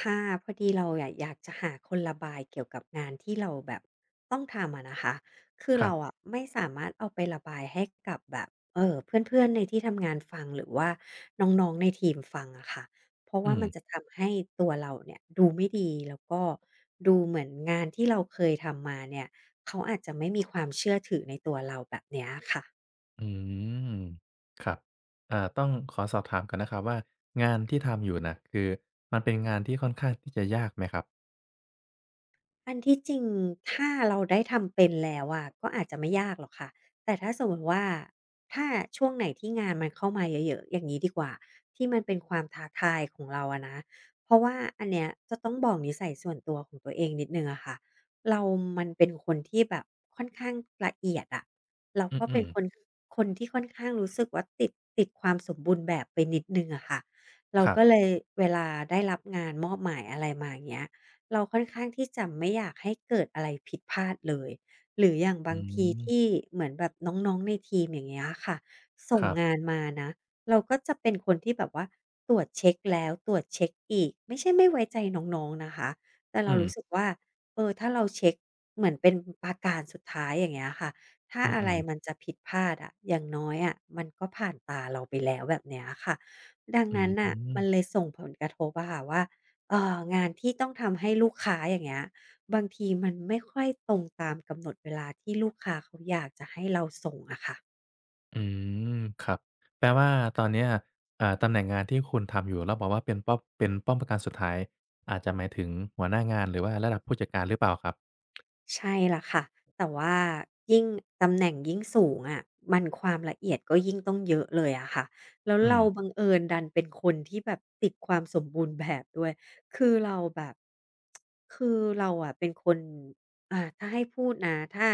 ค่ะพอดีเราอะอยากจะหาคนระบายเกี่ยวกับงานที่เราแบบต้องทำอะนะคะคือครัเราอะบไม่สามารถเอาไประบายให้กับแบบเพื่อนๆในที่ทำงานฟังหรือว่าน้องๆในทีมฟังอะค่ะเพราะว่าอืมมันจะทำให้ตัวเราเนี่ยดูไม่ดีแล้วก็ดูเหมือนงานที่เราเคยทำมาเนี่ยเขาอาจจะไม่มีความเชื่อถือในตัวเราแบบเนี้ยค่ะ อืมครับต้องขอสอบถามก่อนนะครับว่างานที่ทำอยู่น่ะคือมันเป็นงานที่ค่อนข้างที่จะยากไหมครับอันที่จริงถ้าเราได้ทำเป็นแล้วอะก็อาจจะไม่ยากหรอกค่ะแต่ถ้าสมมติว่าถ้าช่วงไหนที่งานมันเข้ามาเยอะๆอย่างนี้ดีกว่าที่มันเป็นความท้าทายของเราอะนะเพราะว่าอันเนี้ยจะต้องบอกนิสัยส่วนตัวของตัวเองนิดหนึ่งอะค่ะเรามันเป็นคนที่แบบค่อนข้างละเอียดอะแล้วก็อืเป็นมคนๆที่ค่อนข้างรู้สึกว่าติดความสมบูรณ์แบบไปนิดหนึ่งอะค่ะเราครัก็เลบยเวลาได้รับงานมอบหมายอะไรมาอย่างเงี้ย เราค่อนข้างที่จะไม่อยากให้เกิดอะไรผิดพลาดเลยหรืออย่างบาอืงทีที่มเหมือนแบบน้องๆในทีมอย่างเงี้ยค่ะส่คงรับงานมานะเราก็จะเป็นคนที่แบบว่าตรวจเช็คแล้วตรวจเช็กอีกไม่ใช่ไม่ไว้ใจน้องๆนะคะแต่เราอืรู้สึมกว่าถ้าเราเช็กเหมือนเป็นปาการสุดท้ายอย่างเงี้ยค่ะถ้าอือะไรมันมจะผิดพลาดอะอย่างน้อยอะมันก็ผ่านตาเราไปแล้วแบบเนี้ยค่ะดังๆอืนั้นน่ะมมันเลยส่งผลกระทบอะค่ะว่า เอ่องานที่ต้องทำให้ลูกค้าอย่างเงี้ยบางทีมันไม่ค่อยตรงตามกำหนดเวลาที่ลูกค้าเขาอยากจะให้เราส่งอะค่ะ อืมครับแปลว่าตอนเนี้ยตำแหน่งงานที่คุณทำอยู่แล้วบอกว่าเป็นป้อมปราการสุดท้ายอาจจะหมายถึงหัวหน้างานหรือว่าระดับผู้จัดการหรือเปล่าครับใช่ล่ะค่ะแต่ว่ายิ่งตำแหน่งยิ่งสูงอะมันความละเอียดก็ยิ่งต้องเยอะเลยอะค่ะแล้วอืเราบัมงเอิญดันเป็นคนที่แบบติดความสมบูรณ์แบบด้วยคือเราแบบคือเราอะเป็นคนถ้าให้พูดนะถ้า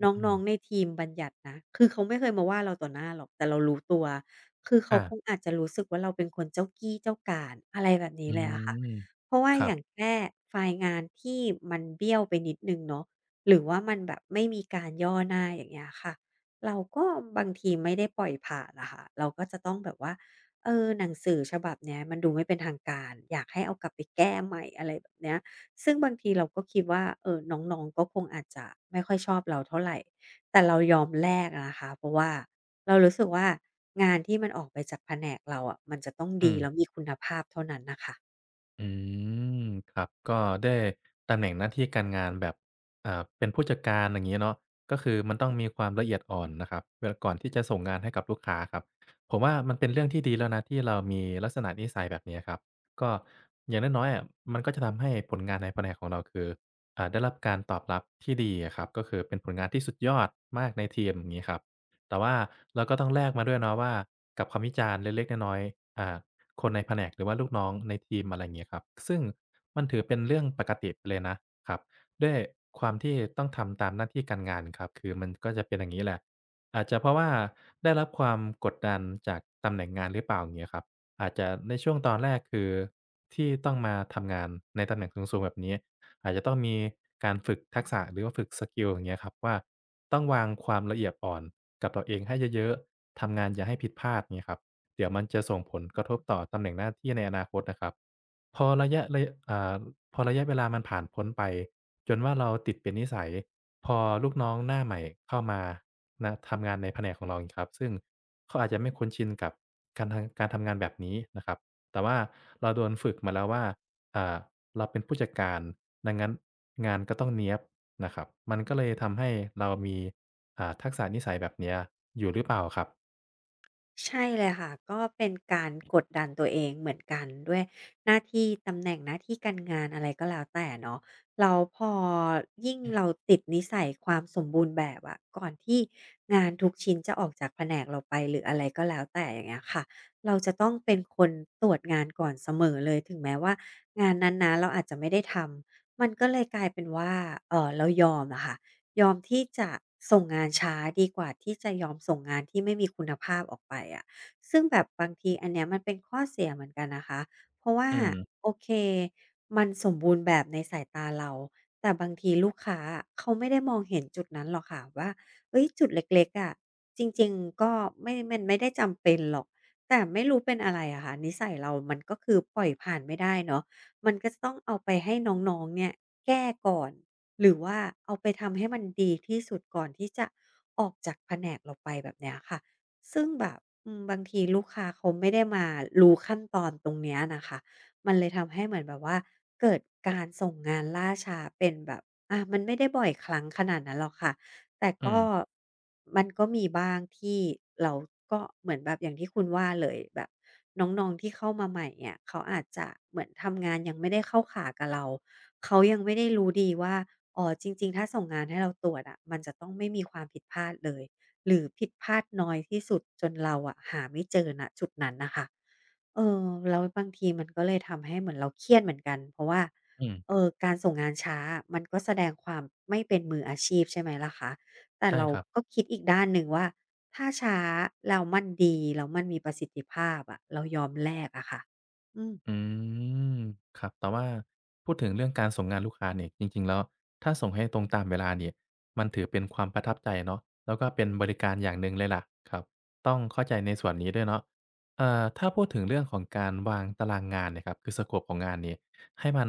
อนื้อองๆในๆทีมบัญญัตินะคือเขาไม่เคยมาว่าเราต่อหน้าหรอกแต่เรารู้ตัวคือเขาอาคงอาจจะรู้สึกว่าเราเป็นคนเจ้ากี้เจ้าการอะไรแบบนี้อืเลยอะค่ะมเพราะว่าครัอย่างบแค่ไฟล์งานที่มันเบี้ยวไปนิดหนึ่งเนาะ หรือว่ามันแบบไม่มีการย่อหน้าอย่างเงี้ยค่ะเราก็บางทีไม่ได้ปล่อยผ่านนะคะเราก็จะต้องแบบว่าเออหนังสือฉบับเนี้ยมันดูไม่เป็นทางการอยากให้เอากลับไปแก้ใหม่อะไรแบบเนี้ยซึ่งบางทีเราก็คิดว่าเออน้องๆก็คงอาจจะไม่ค่อยชอบเราเท่าไรแต่เรายอมแลกอะนะคะเพราะว่าเรารู้สึกว่างานที่มันออกไปจากแผนกเราอะมันจะต้องอืดีม แล้วมีคุณภาพเท่านั้นน่ะค่ะ อืมครับก็ได้ตำแหน่งหน้าที่การงานแบบเป็นผู้จัดการอย่างงี้เนาะก็คือมันต้องมีความละเอียดอ่อนนะครับเวลาก่อนที่จะส่งงานให้กับลูกค้าครับผมว่ามันเป็นเรื่องที่ดีแล้วนะที่เรามีลักษณะนิสัยแบบนี้ครับก็อย่างน้อยๆอะมันก็จะทำให้ผลงานในแผนกของเราคือได้รับการตอบรับที่ดีอะครับก็คือเป็นผลงานที่สุดยอดมากในทีมอย่างงี้ครับแต่ว่าเราก็ต้องแลกมาด้วยเนาะว่ากับคำวิจารณ์เล็กๆน้อยๆคนในแผนกหรือว่าลูกน้องในทีมอะไรอย่างเงี้ยครับซึ่งมันถือเป็นเรื่องปกติไปเลยนะครับด้วยความที่ต้องทำตามหน้าที่การงานครับคือมันก็จะเป็นอย่างงี้แหละอาจจะเพราะว่าได้รับความกดดันจากตำแหน่งงานหรือเปล่าอย่างเงี้ยครับอาจจะในช่วงตอนแรกคือที่ต้องมาทำงานในตำแหน่งสูงๆแบบนี้อาจจะต้องมีการฝึกทักษะหรือว่าฝึกสกิลอย่างเงี้ยครับว่าต้องวางความละเอียดอ่อนกับตัวเองให้เยอะๆทำงานอย่าให้ผิดพลาดเงี้ยครับ เดี๋ยวมันจะส่งผลกระทบต่อตำแหน่งหน้าที่ในอนาคตนะครับพอระยะพอระยะเวลามันผ่านพ้นไปจนว่าเราติดเป็นนิสัยพอลูกน้องหน้าใหม่เข้ามานะทำงานในแผนกของเราอีกครับซึ่งเขาอาจจะไม่คุ้นชินกับการทำงานแบบนี้นะครับแต่ว่าเราโดนฝึกมาแล้วว่าอ่าเราเป็นผู้จัดการดังนั้นงานก็ต้องเนี๊ยบนะครับมันก็เลยทำให้เรามีทักษะนิสัยแบบเนี้ยอยู่หรือเปล่าครับใช่เลยค่ะก็เป็นการกดดันตัวเองเหมือนกันด้วยหน้าที่ตำแหน่งหน้าที่การงานอะไรก็แล้วแต่เนาะเราพอยิ่งเราติดนิสัยความสมบูรณ์แบบอะก่อนที่งานทุกชิ้นจะออกจากแผนกเราไปหรืออะไรก็แล้วแต่อย่างเงี้ยค่ะเราจะต้องเป็นคนตรวจงานก่อนเสมอเลยถึงแม้ว่างานนั้นนะเราอาจจะไม่ได้ทำมันก็เลยกลายเป็นว่าเออเรายอมอะค่ะ ยอมที่จะส่งงานช้าดีกว่าที่จะยอมส่งงานที่ไม่มีคุณภาพออกไปอะซึ่งแบบบางทีอันเนี้ยมันเป็นข้อเสียเหมือนกันนะคะเพราะว่าอืมโอเคมันสมบูรณ์แบบในสายตาเราแต่บางทีลูกค้าอะเขาไม่ได้มองเห็นจุดนั้นหรอกค่ะว่าเฮ้ยจุดเล็กๆอะจริงๆก็ไม่มันไม่ได้จำเป็นหรอกแต่ไม่รู้เป็นอะไรอะค่ะนิสัยเรามันก็คือปล่อยผ่านไม่ได้เนาะมันก็จะต้องเอาไปให้น้องๆเนี่ยแก้ก่อน หรือว่าเอาไปทำให้มันดีที่สุดก่อนที่จะออกจากแผนกเราไปแบบเนี้ยค่ะซึ่งแบบบางทีลูกค้าเขาไม่ได้มารู้ขั้นตอนตรงเนี้ยน่ะค่ะมันเลยทำให้เหมือนแบบว่าเกิดการส่งงานล่าช้าเป็นแบบมันไม่ได้บ่อยครั้งขนาดนั้นหรอกค่ะแต่อืก็มมันก็มีบ้างที่เราก็เหมือนแบบอย่างที่คุณว่าเลยแบบน้องๆที่เข้ามาใหม่เนี่ยเขาอาจจะเหมือนทำงานยังไม่ได้เข้าขากับเราเขายังไม่ได้รู้ดีว่า อ๋อจริงๆถ้าส่งงานให้เราตรวจอะมันจะต้องไม่มีความผิดพลาดเลยหรือผิดพลาดน้อยที่สุดจนเราอะหาไม่เจอณจุดนั้นน่ะค่ะเออแล้วบางทีมันก็เลยทำให้เหมือนเราเครียดเหมือนกันเพราะว่าอืม การส่งงานช้าอะมันก็แสดงความไม่เป็นมืออาชีพใช่ไหมล่ะคะแต่ใช่เราครับก็คิดอีกด้านหนึ่งว่าถ้าช้าแล้วมันดีแล้วมันมีประสิทธิภาพอะเรายอมแลกอะค่ะอืม อืมครับแต่ว่าพูดถึงเรื่องการส่งงานลูกค้าเนี่ยจริงๆแล้วถ้าส่งให้ตรงตามเวลาเนี่ยมันถือเป็นความประทับใจเนาะแล้วก็เป็นบริการอย่างหนึ่งเลยล่ะครับต้องเข้าใจในส่วนนี้ด้วยเนาะถ้าพูดถึงเรื่องของการวางตารางงานเนี่ยครับคือสโกปของงานเนี่ยให้มัน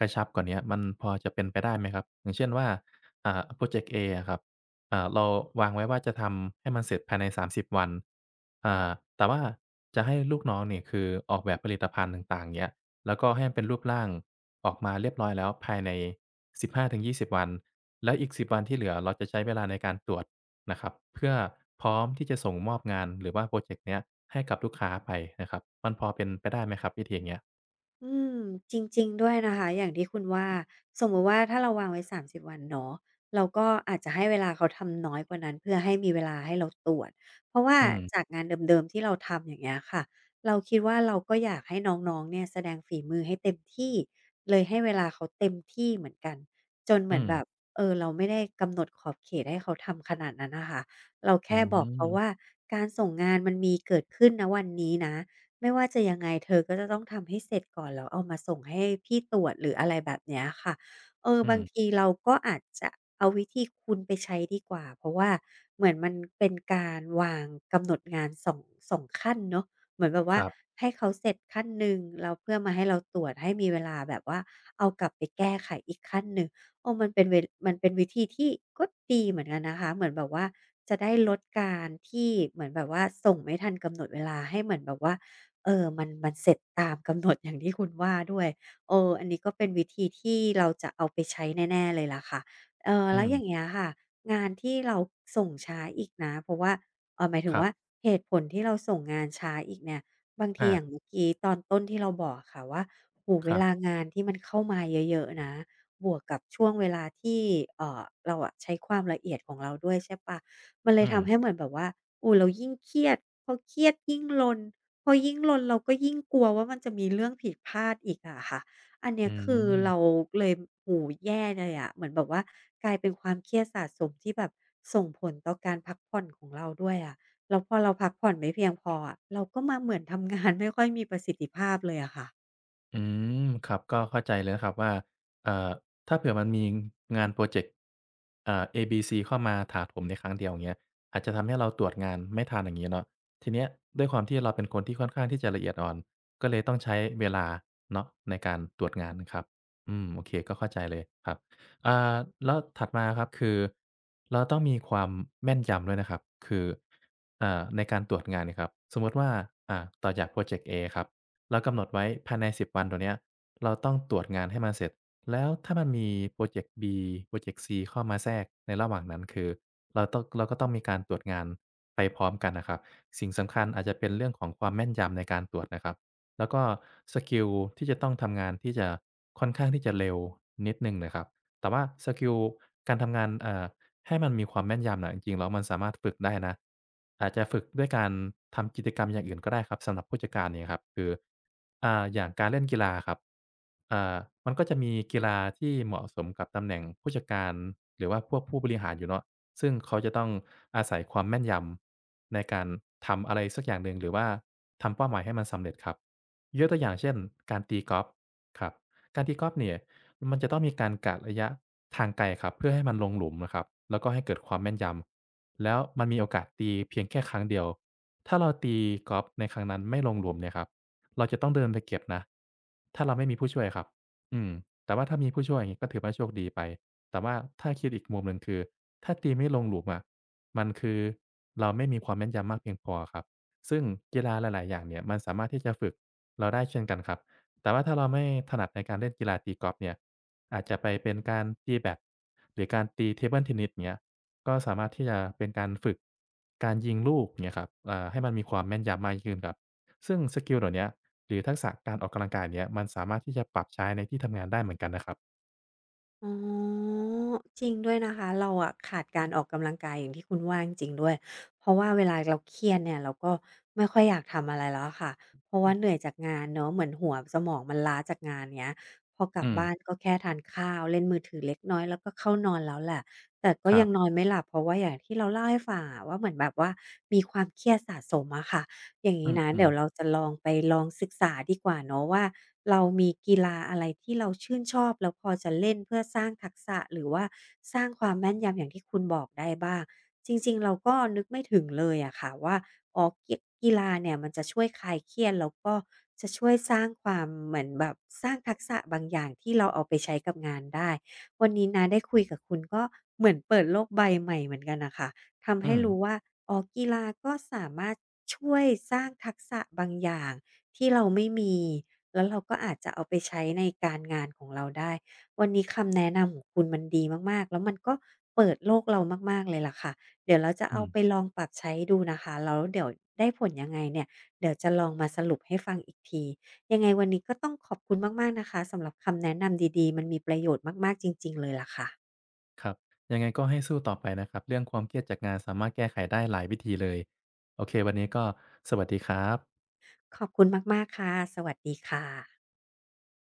กระชับกว่าเนี้ยมันพอจะเป็นไปได้ไหมครับอย่างเช่นว่าพรอเจกต์ A ออะครับ เราวางไว้ว่าจะทำให้มันเสร็จภายใน30วันอ่าแต่ว่าจะให้ลูกน้องเนี่ยคือออกแบบผลิตภัณฑ์ต่างๆเงี้ยแล้วก็ให้มันเป็นรูปร่างออกมาเรียบร้อยแล้วภายใน15-20วันแล้วอีก10วันที่เหลือเราจะใช้เวลาในการตรวจนะครับเพื่อพร้อมที่จะส่งมอบงานหรือว่าพรอเจกต์เนี้ยให้กับลูกค้าไปนะครับมันพอเป็นไปได้ไหมครับวิธีอย่างเงี้ยอืมจริงๆด้วยนะคะอย่างที่คุณว่าสมมุติว่าถ้าเราวางไว้30วันเนาะเราก็อาจจะให้เวลาเขาทำน้อยกว่านั้นเพื่อให้มีเวลาให้เราตรวจเพราะว่าอืจามกงานเดิมๆที่เราทำอย่างเงี้ยค่ะเราคิดว่าเราก็อยากให้น้องๆเนี่ยแสดงฝีมือให้เต็มที่เลยให้เวลาเขาเต็มที่เหมือนกันจนเหมืออืนมแบบเออเราไม่ได้กำหนดขอบเขตให้เขาทำขนาดนั้นน่ะค่ะเราอืแค่บอกเขาว่ามการส่งงานมันมีเกิดขึ้นณวันนี้นะ ไม่ว่าจะยังไงเธอก็จะต้องทำให้เสร็จก่อนแล้วเอามาส่งให้พี่ตรวจหรืออะไรแบบเนี้ยค่ะเอออืบางมทีเราก็อาจจะเอาวิธีคุณไปใช้ดีกว่าเพราะว่าเหมือนมันเป็นการวางกำหนดงานสองขั้นเนาะเหมือนแบบคว่ารับให้เขาเสร็จขั้นหนึ่งแล้วเพื่อมาให้เราตรวจให้มีเวลาแบบว่าเอากลับไปแก้ไขอีกขั้นหนึ่งเออมันเป็นวิธีที่ก็ดีเหมือนกันนะคะเหมือนแบบว่าจะได้ลดการที่เหมือนแบบว่าส่งไม่ทันกำหนดเวลาให้เหมือนแบบว่า เออมันเสร็จตามกำหนดอย่างที่คุณว่าด้วยเอออันนี้ก็เป็นวิธีที่เราจะเอาไปใช้แน่ๆเลยล่ะค่ะแล้อืวอย่างมเงี้ยค่ะงานที่เราส่งช้าอีกนะเพราะว่าหมายถึคงรัว่าบเหตุผลที่เราส่งงานช้าอีกเนี่ยบางทีอาอย่างเมื่อกี้ตอนต้นที่เราบอกอะค่ะว่าโอ้โฮเวครัลาบงานที่มันเข้ามาเยอะๆนะบวกกับช่วงเวลาที่เอ่อเราอะใช้ความละเอียดของเราด้วยใช่เปล่ามันเลยอืมทำให้เหมือนแบบว่าโอ้เรายิ่งเครียดพอเครียดยิ่งลน พอยิ่งรนเราก็ยิ่งกลัวว่ามันจะมีเรื่องผิดพลาดอีกอะค่ะอันเนี้อืยคือเราม เลยโอ้โฮแย่เลยอะเหมือนแบบว่ากลายเป็นความเครียดสะสมที่แบบส่งผลต่อการพักผ่อนของเราด้วยอะแล้วพอเราพักผ่อนไม่เพียงพออะเราก็มาเหมือนทำงานไม่ค่อยมีประสิทธิภาพเลยอะค่ะ อืมครับก็เข้าใจเลยนะครับว่าเอ่อถ้าเผื่อมันมีงานพรอเจกต์เอบีซีเข้ามาถาโถมในครั้งเดียวอย่างเงี้ยอาจจะทำให้เราตรวจงานไม่ทันอย่างงี้เนาะทีเนี้ยด้วยความที่เราเป็นคนที่ค่อนข้างที่จะละเอียดอ่อนก็เลยต้องใช้เวลาเนาะในการตรวจงานครับอืมโอเคก็เข้าใจเลยครับอ่าแล้วถัดมาครับคือเราต้องมีความแม่นยำด้วยนะครับคือในการตรวจงานเนี่ยครับสมมุติว่าอ่าต่อจากพรอเจกต์ A ครับ เรากำหนดไว้ภายใน10วันตัวเนี้ยเราต้องตรวจงานให้มันเสร็จแล้วถ้ามันมีพรอเจกต์ B พรอเจกต์ C เข้ามาแทรกในระหว่างนั้นคือเราก็ต้องมีการตรวจงานไปพร้อมกันนะครับสิ่งสำคัญอาจจะเป็นเรื่องของความแม่นยำในการตรวจนะครับแล้วก็สกิลที่จะต้องทำงานที่จะค่อนข้างที่จะเร็วนิดหนึ่งนะครับแต่ว่าสกิลการทำงานให้มันมีความแม่นยำน่ะจริงๆแล้วมันสามารถฝึกได้นะอาจจะฝึกด้วยการทำกิจกรรมอย่างอื่นก็ได้ครับสำหรับผู้จัดการเนี่ยครับคืออย่างการเล่นกีฬาครับอ่ามันก็จะมีกีฬาที่เหมาะสมกับตำแหน่งผู้จัดการหรือว่าพวกผู้บริหารอยู่เนาะซึ่งเขาจะต้องอาศัยความแม่นยำในการทำอะไรสักอย่างหนึ่งหรือว่าทำเป้าหมายให้มันสำเร็จครับยกตัวอย่างเช่นการตีกอล์ฟครับการตีกอล์ฟเนี่ย มันจะต้องมีการกะระยะทางไกลครับเพื่อให้มันลงหลุมอะครับแล้วก็ให้เกิดความแม่นยำแล้วมันมีโอกาสตีเพียงแค่ครั้งเดียวถ้าเราตีกอล์ฟในครั้งนั้นไม่ลงหลุมเนี่ยครับเราจะต้องเดินไปเก็บนะถ้าเราไม่มีผู้ช่วยครับอืมแต่ว่าถ้ามีผู้ช่วยอย่างงี้ก็ถือว่าโชคดีไปแต่ว่าถ้าคิดอีกมุมหนึ่งคือถ้าตีไม่ลงหลุมอะมันคือเราไม่มีความแม่นยำมากเพียงพอครับซึ่งกีฬาหลายๆอย่างเนี่ยมันสามารถที่จะฝึกเราได้เช่นกันครับ แต่ว่าถ้าเราไม่ถนัดในการเล่นกีฬาตีกอล์ฟเนี่ยอาจจะไปเป็นการตีแบดหรือการตีเทเบิลเทนนิสเงี้ยก็สามารถที่จะเป็นการฝึกการยิงลูกเงี้ยครับให้มันมีความแม่นยำมากยิ่งขึ้นครับซึ่งสกิลเหล่าเนี้ยหรือทักษะการออกกำลังกายเนี้ยมันสามารถที่จะปรับใช้ในที่ทำงานได้เหมือนกันนะครับอ๋อจริงด้วยนะคะเราอะขาดการออกกำลังกายอย่างที่คุณว่าจริงๆด้วยเพราะว่าเวลาเราเครียดเนี่ยเราก็ไม่ค่อยอยากทำอะไรแล้วอะค่ะเพราะว่าเหนื่อยจากงานเนาะเหมือนหัวสมองมันล้าจากงานเงี้ยพอกลับอืมบ้านก็แค่ทานข้าวเล่นมือถือเล็กน้อยแล้วก็เข้านอนแล้วแหละแต่ก็ครัยังนบอนไม่หลับเพราะว่าอย่างที่เราเล่าให้ฟังอะว่าเหมือนแบบว่ามีความเครียดสะสมอะค่ะ อย่างนี้นะอืเดี๋มยวเราๆจะลองไปลองศึกษาดีกว่าเนาะว่าเรามีกีฬาอะไรที่เราชื่นชอบแล้วพอจะเล่นเพื่อสร้างทักษะหรือว่าสร้างความแม่นยำอย่างที่คุณบอกได้บ้างจริงๆเราก็นึกไม่ถึงเลยอะค่ะว่าอ๋อกีฬาเนี่ยมันจะช่วยคลายเครียดแล้วก็จะช่วยสร้างความเหมือนแบบสร้างทักษะบางอย่างที่เราเอาไปใช้กับงานได้วันนี้นะได้คุยกับคุณก็เหมือนเปิดโลกใบใหม่เหมือนกันน่ะค่ะ ทำอืให้มรู้ว่าอ๋อกีฬาก็สามารถช่วยสร้างทักษะบางอย่างที่เราไม่มี แล้วเราก็อาจจะเอาไปใช้ในการงานของเราได้ วันนี้คำแนะนำของคุณมันดีมากๆแล้วมันก็เปิดโลกเรามากๆเลยล่ะค่ะเดี๋ยวเราจะอืเอาไปมลองปรับใช้ดูนะคะแล้วเดี๋ยวได้ผลยังไงเนี่ย เดี๋ยวจะลองมาสรุปให้ฟังอีกที ยังไงวันนี้ก็ต้องขอบคุณมากๆนะคะสำหรับคำแนะนำดีๆมันมีประโยชน์มากๆจริงๆเลยล่ะค่ะครับยังไงก็ให้สู้ต่อไปนะครับเรื่องความเครียดจากงานสามารถแก้ไขได้หลายวิธีเลยโอเควันนี้ก็สวัสดีครับขอบคุณมากๆค่ะสวัสดีค่ะ